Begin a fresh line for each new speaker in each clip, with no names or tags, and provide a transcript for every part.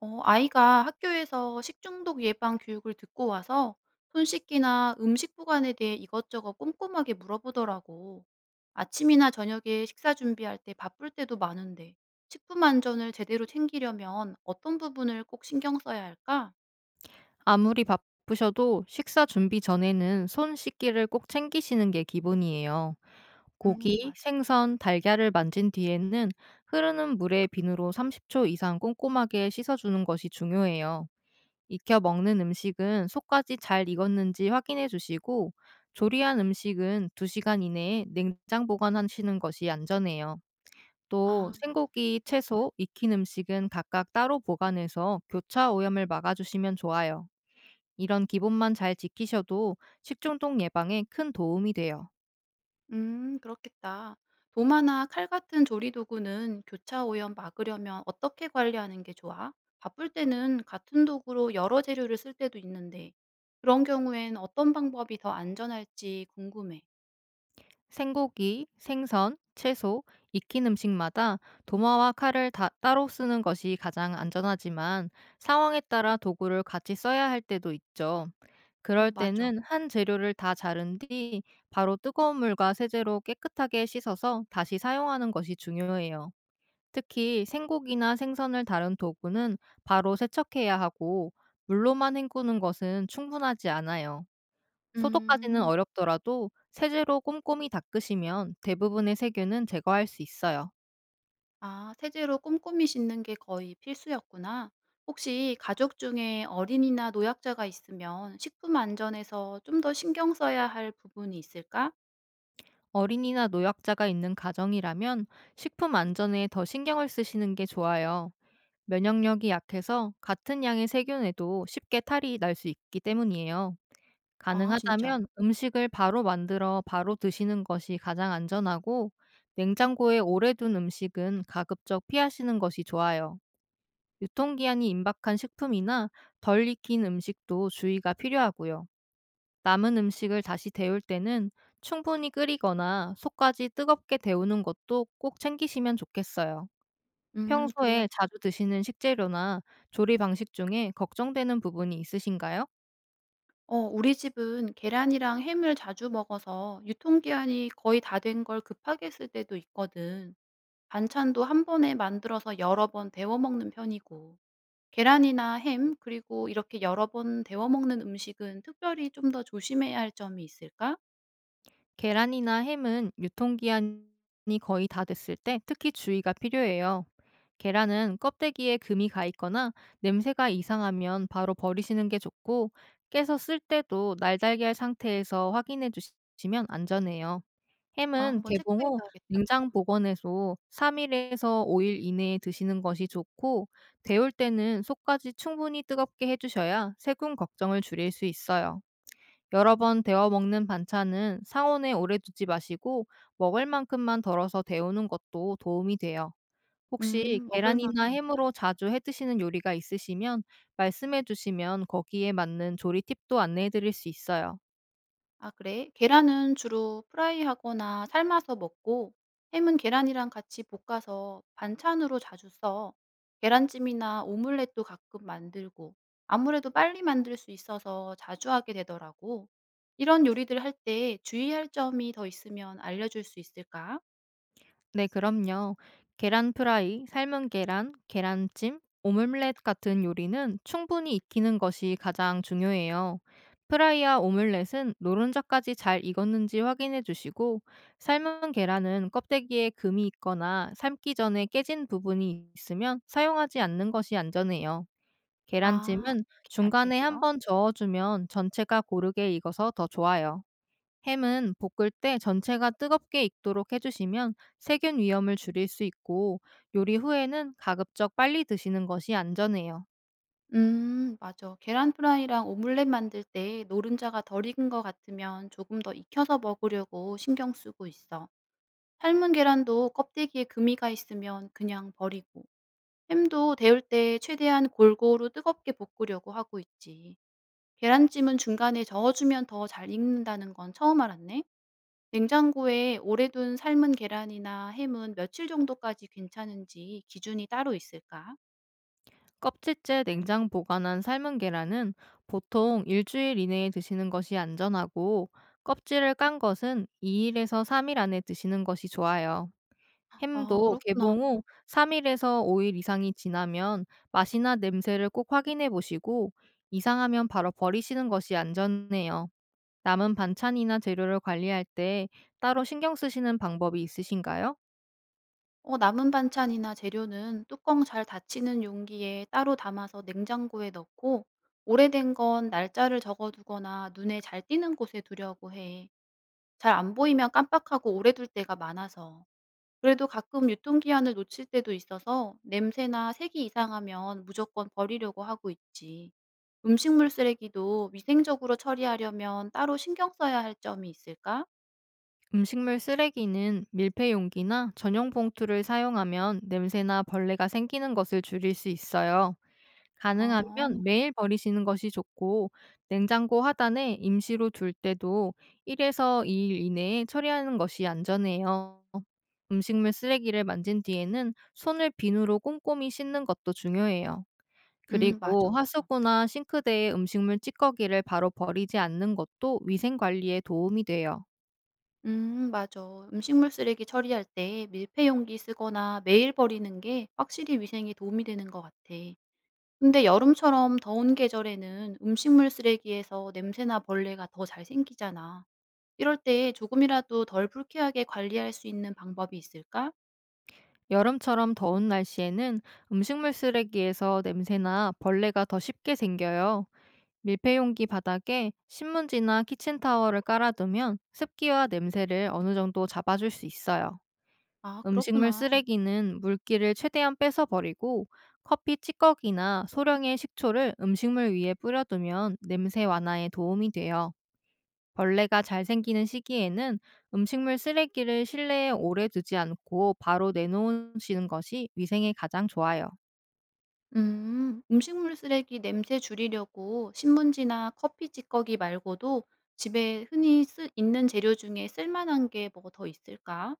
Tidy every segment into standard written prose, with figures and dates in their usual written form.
아이가 학교에서 식중독 예방 교육을 듣고 와서 손 씻기나 음식 보관에 대해 이것저것 꼼꼼하게 물어보더라고. 아침이나 저녁에 식사 준비할 때 바쁠 때도 많은데 식품 안전을 제대로 챙기려면 어떤 부분을 꼭 신경 써야 할까?
아무리 바쁘셔도 식사 준비 전에는 손 씻기를 꼭 챙기시는 게 기본이에요. 고기,
맞아.
생선, 달걀을 만진 뒤에는 흐르는 물에 비누로 30초 이상 꼼꼼하게 씻어주는 것이 중요해요. 익혀 먹는 음식은 속까지 잘 익었는지 확인해 주시고, 조리한 음식은 2시간 이내에 냉장 보관하시는 것이 안전해요. 또
아, 맞아.
생고기, 채소, 익힌 음식은 각각 따로 보관해서 교차 오염을 막아주시면 좋아요. 이런 기본만 잘 지키셔도 식중독 예방에 큰 도움이 돼요.
그렇겠다. 도마나 칼 같은 조리 도구는 교차 오염 막으려면 어떻게 관리하는 게 좋아? 바쁠 때는 같은 도구로 여러 재료를 쓸 때도 있는데, 그런 경우엔 어떤 방법이 더 안전할지 궁금해.
생고기, 생선, 채소, 익힌 음식마다 도마와 칼을 다 따로 쓰는 것이 가장 안전하지만, 상황에 따라 도구를 같이 써야 할 때도 있죠.
어,
그럴
맞아.
때는 한 재료를 다 자른 뒤 바로 뜨거운 물과 세제로 깨끗하게 씻어서 다시 사용하는 것이 중요해요. 특히 생고기나 생선을 다룬 도구는 바로 세척해야 하고, 물로만 헹구는 것은 충분하지 않아요. 소독까지는
음,
어렵더라도 세제로 꼼꼼히 닦으시면 대부분의 세균은 제거할 수 있어요.
아, 세제로 꼼꼼히 씻는 게 거의 필수였구나. 혹시 가족 중에 어린이나 노약자가 있으면 식품 안전에서 좀 더 신경 써야 할 부분이 있을까?
어린이나 노약자가 있는 가정이라면 식품 안전에 더 신경을 쓰시는 게 좋아요. 면역력이 약해서 같은 양의 세균에도 쉽게 탈이 날 수 있기 때문이에요.
아, 진짜.
가능하다면 음식을 바로 만들어 바로 드시는 것이 가장 안전하고, 냉장고에 오래 둔 음식은 가급적 피하시는 것이 좋아요. 유통기한이 임박한 식품이나 덜 익힌 음식도 주의가 필요하고요. 남은 음식을 다시 데울 때는 충분히 끓이거나 속까지 뜨겁게 데우는 것도 꼭 챙기시면 좋겠어요.
그래야겠다.
평소에 자주 드시는 식재료나 조리 방식 중에 걱정되는 부분이 있으신가요?
우리 집은 계란이랑 햄을 자주 먹어서 유통기한이 거의 다 된 걸 급하게 쓸 때도 있거든. 반찬도 한 번에 만들어서 여러 번 데워 먹는 편이고. 계란이나 햄, 그리고 이렇게 여러 번 데워 먹는 음식은 특별히 좀 더 조심해야 할 점이 있을까?
계란이나 햄은 유통기한이 거의 다 됐을 때 특히 주의가 필요해요. 계란은 껍데기에 금이 가 있거나 냄새가 이상하면 바로 버리시는 게 좋고, 깨서 쓸 때도 날달걀 상태에서 확인해 주시면 안전해요.
아,
햄은
한번
개봉
체크해
후
봐야겠다.
냉장 보관해서 3일에서 5일 이내에 드시는 것이 좋고, 데울 때는 속까지 충분히 뜨겁게 해주셔야 세균 걱정을 줄일 수 있어요. 여러 번 데워 먹는 반찬은 상온에 오래 두지 마시고, 먹을 만큼만 덜어서 데우는 것도 도움이 돼요. 혹시
먹을
계란이나
만큼만.
햄으로 자주 해 드시는 요리가 있으시면 말씀해 주시면 거기에 맞는 조리 팁도 안내해 드릴 수 있어요.
아, 그래? 계란은 주로 프라이하거나 삶아서 먹고 햄은 계란이랑 같이 볶아서 반찬으로 자주 써. 계란찜이나 오믈렛도 가끔 만들고 아무래도 빨리 만들 수 있어서 자주 하게 되더라고. 이런 요리들 할 때 주의할 점이 더 있으면 알려줄 수 있을까?
네, 그럼요. 계란 프라이, 삶은 계란, 계란찜, 오믈렛 같은 요리는 충분히 익히는 것이 가장 중요해요. 프라이와 오믈렛은 노른자까지 잘 익었는지 확인해 주시고, 삶은 계란은 껍데기에 금이 있거나 삶기 전에 깨진 부분이 있으면 사용하지 않는 것이 안전해요.
아,
계란찜은
오케이.
중간에
알겠어.
한번 저어주면 전체가 고르게 익어서 더 좋아요. 햄은 볶을 때 전체가 뜨겁게 익도록 해주시면 세균 위험을 줄일 수 있고, 요리 후에는 가급적 빨리 드시는 것이 안전해요.
맞아. 계란 프라이랑 오믈렛 만들 때 노른자가 덜 익은 것 같으면 조금 더 익혀서 먹으려고 신경 쓰고 있어. 삶은 계란도 껍데기에 금이가 있으면 그냥 버리고, 햄도 데울 때 최대한 골고루 뜨겁게 볶으려고 하고 있지. 계란찜은 중간에 저어주면 더 잘 익는다는 건 처음 알았네. 냉장고에 오래 둔 삶은 계란이나 햄은 며칠 정도까지 괜찮은지 기준이 따로 있을까?
껍질째 냉장 보관한 삶은 계란은 보통 일주일 이내에 드시는 것이 안전하고, 껍질을 깐 것은 2일에서 3일 안에 드시는 것이 좋아요.
아,
햄도
그렇구나.
개봉 후 3일에서 5일 이상이 지나면 맛이나 냄새를 꼭 확인해 보시고, 이상하면 바로 버리시는 것이 안전해요. 남은 반찬이나 재료를 관리할 때 따로 신경 쓰시는 방법이 있으신가요?
남은 반찬이나 재료는 뚜껑 잘 닫히는 용기에 따로 담아서 냉장고에 넣고, 오래된 건 날짜를 적어두거나 눈에 잘 띄는 곳에 두려고 해. 잘 안 보이면 깜빡하고 오래 둘 때가 많아서. 그래도 가끔 유통기한을 놓칠 때도 있어서 냄새나 색이 이상하면 무조건 버리려고 하고 있지. 음식물 쓰레기도 위생적으로 처리하려면 따로 신경 써야 할 점이 있을까?
음식물 쓰레기는 밀폐 용기나 전용 봉투를 사용하면 냄새나 벌레가 생기는 것을 줄일 수 있어요.
어,
가능하면 매일 버리시는 것이 좋고, 냉장고 하단에 임시로 둘 때도 1에서 2일 이내에 처리하는 것이 안전해요. 음식물 쓰레기를 만진 뒤에는 손을 비누로 꼼꼼히 씻는 것도 중요해요.
맞아,
그리고
맞아.
하수구나 싱크대에 음식물 찌꺼기를 바로 버리지 않는 것도 위생 관리에 도움이 돼요.
맞아. 음식물 쓰레기 처리할 때 밀폐 용기 쓰거나 매일 버리는 게 확실히 위생에 도움이 되는 것 같아. 근데 여름처럼 더운 계절에는 음식물 쓰레기에서 냄새나 벌레가 더 잘 생기잖아. 이럴 때 조금이라도 덜 불쾌하게 관리할 수 있는 방법이 있을까?
여름처럼 더운 날씨에는 음식물 쓰레기에서 냄새나 벌레가 더 쉽게 생겨요. 밀폐용기 바닥에 신문지나 키친타월을 깔아두면 습기와 냄새를 어느 정도 잡아줄 수 있어요.
아,
음식물
그렇구나.
쓰레기는 물기를 최대한 뺏어 버리고, 커피 찌꺼기나 소량의 식초를 음식물 위에 뿌려두면 냄새 완화에 도움이 돼요. 벌레가 잘 생기는 시기에는 음식물 쓰레기를 실내에 오래 두지 않고 바로 내놓으시는 것이 위생에 가장 좋아요.
음식물 쓰레기 냄새 줄이려고 신문지나 커피 찌꺼기 말고도 집에 흔히 있는 재료 중에 쓸만한 게 뭐 더 있을까?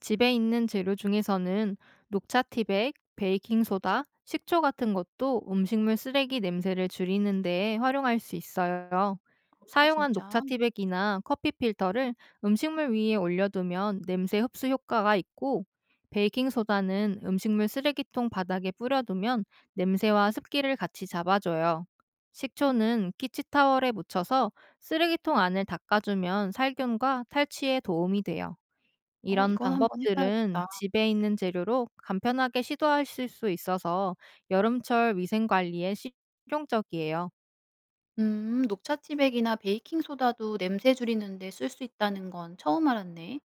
집에 있는 재료 중에서는 녹차 티백, 베이킹소다, 식초 같은 것도 음식물 쓰레기 냄새를 줄이는 데 활용할 수 있어요.
아,
사용한 녹차
진짜.
티백이나 커피 필터를 음식물 위에 올려두면 냄새 흡수 효과가 있고, 베이킹소다는 음식물 쓰레기통 바닥에 뿌려두면 냄새와 습기를 같이 잡아줘요. 식초는 키치타월에 묻혀서 쓰레기통 안을 닦아주면 살균과 탈취에 도움이 돼요.
어,
이런
이건 한번
방법들은
해봐야겠다.
집에 있는 재료로 간편하게 시도하실 수 있어서 여름철 위생 관리에 실용적이에요.
녹차 티백이나 베이킹 소다도 냄새 줄이는데 쓸 수 있다는 건 처음 알았네.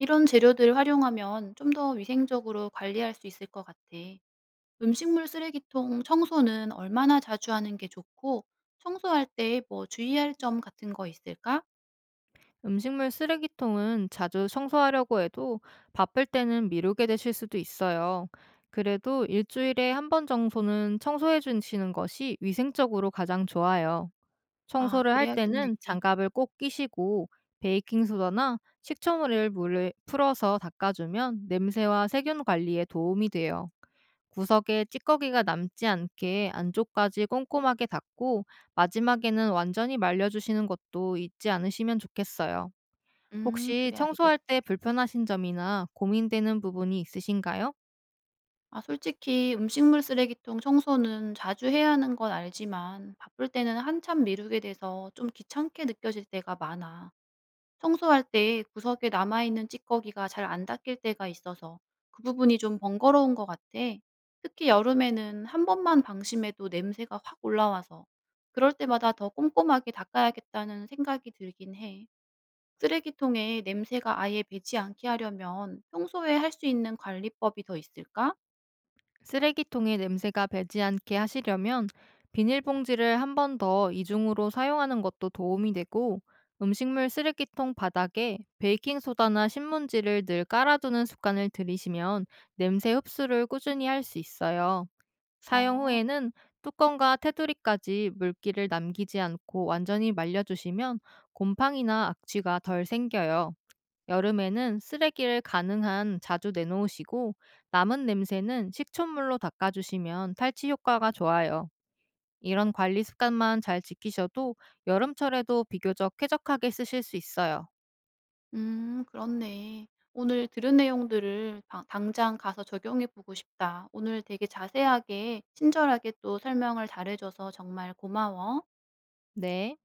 이런 재료들을 활용하면 좀 더 위생적으로 관리할 수 있을 것 같아. 음식물 쓰레기통 청소는 얼마나 자주 하는 게 좋고 청소할 때 뭐 주의할 점 같은 거 있을까?
음식물 쓰레기통은 자주 청소하려고 해도 바쁠 때는 미루게 되실 수도 있어요. 그래도 일주일에 한 번 정도는 청소해 주시는 것이 위생적으로 가장 좋아요.
아,
청소를 할
그래야겠네.
때는 장갑을 꼭 끼시고, 베이킹소다나 식초물을 물에 풀어서 닦아주면 냄새와 세균 관리에 도움이 돼요. 구석에 찌꺼기가 남지 않게 안쪽까지 꼼꼼하게 닦고, 마지막에는 완전히 말려 주시는 것도 잊지 않으시면 좋겠어요.
음,
혹시
그래 알겠어.
청소할 때 불편하신 점이나 고민되는 부분이 있으신가요?
아, 솔직히 음식물 쓰레기통 청소는 자주 해야 하는 건 알지만 바쁠 때는 한참 미루게 돼서 좀 귀찮게 느껴질 때가 많아. 청소할 때 구석에 남아있는 찌꺼기가 잘 안 닦일 때가 있어서 그 부분이 좀 번거로운 것 같아. 특히 여름에는 한 번만 방심해도 냄새가 확 올라와서 그럴 때마다 더 꼼꼼하게 닦아야겠다는 생각이 들긴 해. 쓰레기통에 냄새가 아예 배지 않게 하려면 평소에 할 수 있는 관리법이 더 있을까?
쓰레기통에 냄새가 배지 않게 하시려면 비닐봉지를 한 번 더 이중으로 사용하는 것도 도움이 되고, 음식물 쓰레기통 바닥에 베이킹소다나 신문지를 늘 깔아두는 습관을 들이시면 냄새 흡수를 꾸준히 할 수 있어요. 사용
어.
후에는 뚜껑과 테두리까지 물기를 남기지 않고 완전히 말려주시면 곰팡이나 악취가 덜 생겨요. 여름에는 쓰레기를 가능한 자주 내놓으시고, 남은 냄새는 식초물로 닦아주시면 탈취 효과가 좋아요. 이런 관리 습관만 잘 지키셔도 여름철에도 비교적 쾌적하게 쓰실 수 있어요.
그렇네. 오늘 들은 내용들을 당장 가서 적용해 보고 싶다. 오늘 되게 자세하게, 친절하게 또 설명을 잘해줘서 정말 고마워.
네.